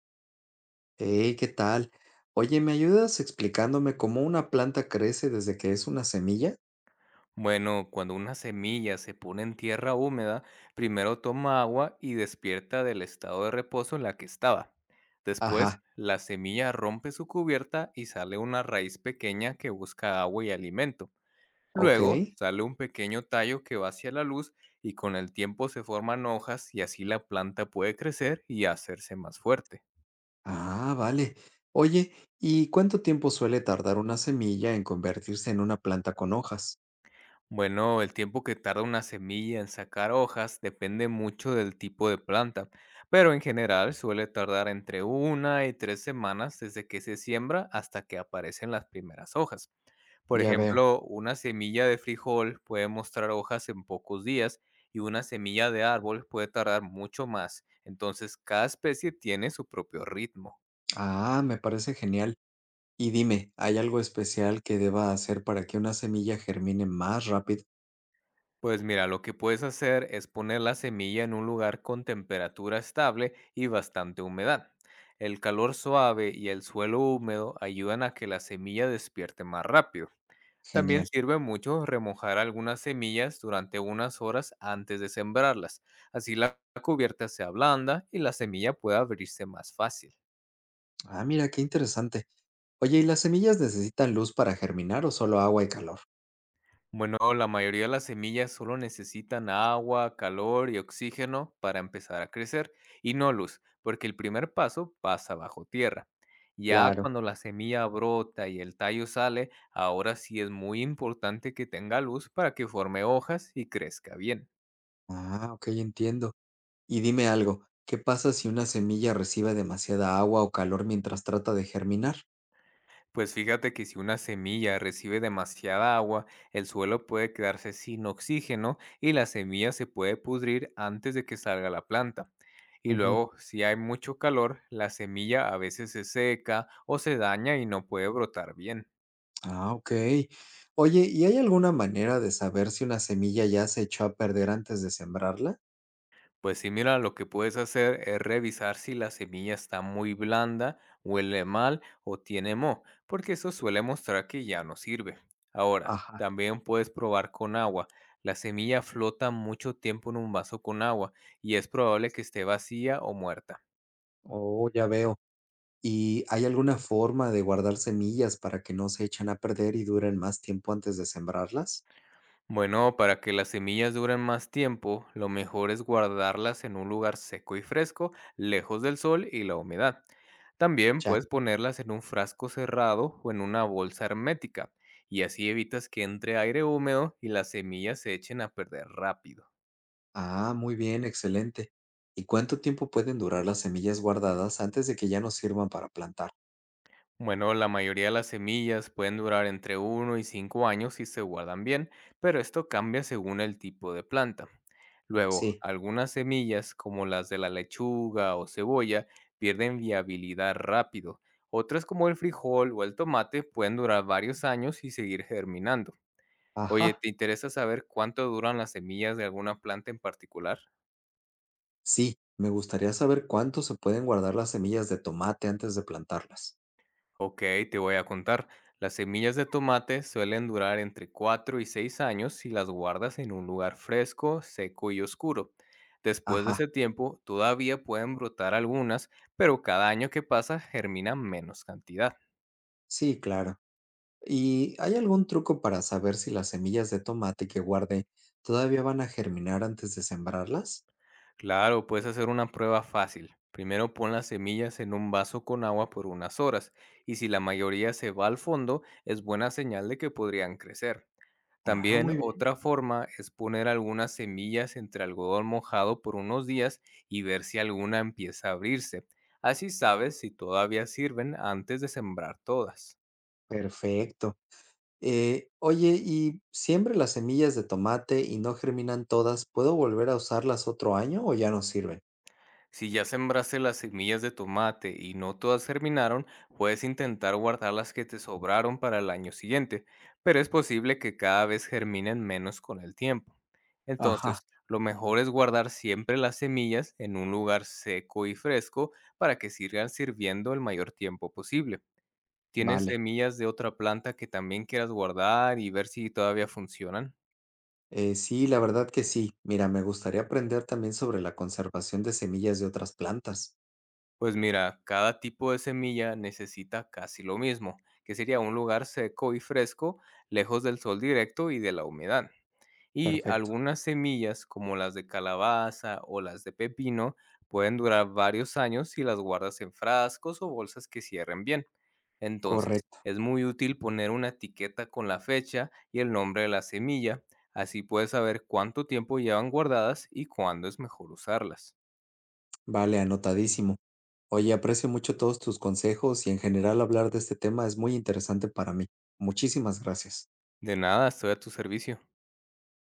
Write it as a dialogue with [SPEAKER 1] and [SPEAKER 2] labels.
[SPEAKER 1] Hey, ¿qué tal? Oye, ¿me ayudas explicándome cómo una planta crece desde que es una semilla?
[SPEAKER 2] Bueno, cuando una semilla se pone en tierra húmeda, primero toma agua y despierta del estado de reposo en la que estaba. Después,
[SPEAKER 1] Ajá,
[SPEAKER 2] la semilla rompe su cubierta y sale una raíz pequeña que busca agua y alimento.
[SPEAKER 1] ok.
[SPEAKER 2] Luego, sale un pequeño tallo que va hacia la luz y con el tiempo se forman hojas y así la planta puede crecer y hacerse más fuerte.
[SPEAKER 1] Ah, vale. Oye, ¿y cuánto tiempo suele tardar una semilla en convertirse en una planta con hojas?
[SPEAKER 2] Bueno, el tiempo que tarda una semilla en sacar hojas depende mucho del tipo de planta, pero en general suele tardar entre una y 3 semanas desde que se siembra hasta que aparecen las primeras hojas. Por
[SPEAKER 1] Ya veo.
[SPEAKER 2] ejemplo, una semilla de frijol puede mostrar hojas en pocos días y una semilla de árbol puede tardar mucho más. Entonces, cada especie tiene su propio ritmo.
[SPEAKER 1] Ah, me parece genial. Y dime, ¿hay algo especial que deba hacer para que una semilla germine más rápido?
[SPEAKER 2] Pues mira, lo que puedes hacer es poner la semilla en un lugar con temperatura estable y bastante humedad. El calor suave y el suelo húmedo ayudan a que la semilla despierte más rápido. También
[SPEAKER 1] Genial.
[SPEAKER 2] sirve mucho remojar algunas semillas durante unas horas antes de sembrarlas. Así la cubierta se ablanda y la semilla puede abrirse más fácil.
[SPEAKER 1] Ah, mira, qué interesante. Oye, ¿y las semillas necesitan luz para germinar o solo agua y calor?
[SPEAKER 2] Bueno, la mayoría de las semillas solo necesitan agua, calor y oxígeno para empezar a crecer, y no luz, porque el primer paso pasa bajo tierra. Ya
[SPEAKER 1] Claro.
[SPEAKER 2] cuando la semilla brota y el tallo sale, ahora sí es muy importante que tenga luz para que forme hojas y crezca bien.
[SPEAKER 1] Ah, ok, entiendo. Y dime algo, ¿qué pasa si una semilla recibe demasiada agua o calor mientras trata de germinar?
[SPEAKER 2] Pues fíjate que si una semilla recibe demasiada agua, el suelo puede quedarse sin oxígeno y la semilla se puede pudrir antes de que salga la planta. Y
[SPEAKER 1] Ujú.
[SPEAKER 2] luego, si hay mucho calor, la semilla a veces se seca o se daña y no puede brotar bien.
[SPEAKER 1] Ah, ok. Oye, ¿y hay alguna manera de saber si una semilla ya se echó a perder antes de sembrarla?
[SPEAKER 2] Pues sí, mira, lo que puedes hacer es revisar si la semilla está muy blanda, huele mal o tiene moho, porque eso suele mostrar que ya no sirve. Ahora,
[SPEAKER 1] Ajá.
[SPEAKER 2] también puedes probar con agua. La semilla flota mucho tiempo en un vaso con agua y es probable que esté vacía o muerta.
[SPEAKER 1] Oh, ya veo. ¿Y hay alguna forma de guardar semillas para que no se echen a perder y duren más tiempo antes de sembrarlas?
[SPEAKER 2] Bueno, para que las semillas duren más tiempo, lo mejor es guardarlas en un lugar seco y fresco, lejos del sol y la humedad. También
[SPEAKER 1] Ya.
[SPEAKER 2] puedes ponerlas en un frasco cerrado o en una bolsa hermética, y así evitas que entre aire húmedo y las semillas se echen a perder rápido.
[SPEAKER 1] Ah, muy bien, excelente. ¿Y cuánto tiempo pueden durar las semillas guardadas antes de que ya no sirvan para plantar?
[SPEAKER 2] Bueno, la mayoría de las semillas pueden durar entre uno y 5 años si se guardan bien, pero esto cambia según el tipo de planta. Luego,
[SPEAKER 1] Sí.
[SPEAKER 2] algunas semillas, como las de la lechuga o cebolla, pierden viabilidad rápido. Otras, como el frijol o el tomate, pueden durar varios años y seguir germinando. Oye,
[SPEAKER 1] Ajá.
[SPEAKER 2] ¿te interesa saber cuánto duran las semillas de alguna planta en particular?
[SPEAKER 1] Sí, me gustaría saber cuánto se pueden guardar las semillas de tomate antes de plantarlas.
[SPEAKER 2] Ok, te voy a contar. Las semillas de tomate suelen durar entre 4 y 6 años si las guardas en un lugar fresco, seco y oscuro. Después de
[SPEAKER 1] Ajá,
[SPEAKER 2] ese tiempo, todavía pueden brotar algunas, pero cada año que pasa germina menos cantidad.
[SPEAKER 1] sí, claro. ¿Y hay algún truco para saber si las semillas de tomate que guarde todavía van a germinar antes de sembrarlas?
[SPEAKER 2] Claro, puedes hacer una prueba fácil. Primero pon las semillas en un vaso con agua por unas horas, y si la mayoría se va al fondo, es buena señal de que podrían crecer.
[SPEAKER 1] Ajá,
[SPEAKER 2] También
[SPEAKER 1] muy bien.
[SPEAKER 2] otra forma es poner algunas semillas entre algodón mojado por unos días y ver si alguna empieza a abrirse. Así sabes si todavía sirven antes de sembrar todas.
[SPEAKER 1] Perfecto. Oye, ¿y siempre las semillas de tomate y no germinan todas, puedo volver a usarlas otro año o ya no sirven?
[SPEAKER 2] Si ya sembraste las semillas de tomate y no todas germinaron, puedes intentar guardar las que te sobraron para el año siguiente, pero es posible que cada vez germinen menos con el tiempo.
[SPEAKER 1] Ajá,
[SPEAKER 2] Entonces, lo mejor es guardar siempre las semillas en un lugar seco y fresco para que sigan sirviendo el mayor tiempo posible. ¿Tienes
[SPEAKER 1] vale.
[SPEAKER 2] semillas de otra planta que también quieras guardar y ver si todavía funcionan?
[SPEAKER 1] Sí, la verdad que sí. Mira, me gustaría aprender también sobre la conservación de semillas de otras plantas.
[SPEAKER 2] Pues mira, cada tipo de semilla necesita casi lo mismo, que sería un lugar seco y fresco, lejos del sol directo y de la humedad. Y
[SPEAKER 1] Perfecto,
[SPEAKER 2] algunas semillas, como las de calabaza o las de pepino, pueden durar varios años si las guardas en frascos o bolsas que cierren bien. Entonces,
[SPEAKER 1] correcto,
[SPEAKER 2] es muy útil poner una etiqueta con la fecha y el nombre de la semilla, así puedes saber cuánto tiempo llevan guardadas y cuándo es mejor usarlas.
[SPEAKER 1] vale, anotadísimo. Oye, aprecio mucho todos tus consejos y en general hablar de este tema es muy interesante para mí. Muchísimas gracias.
[SPEAKER 2] De nada, estoy a tu servicio.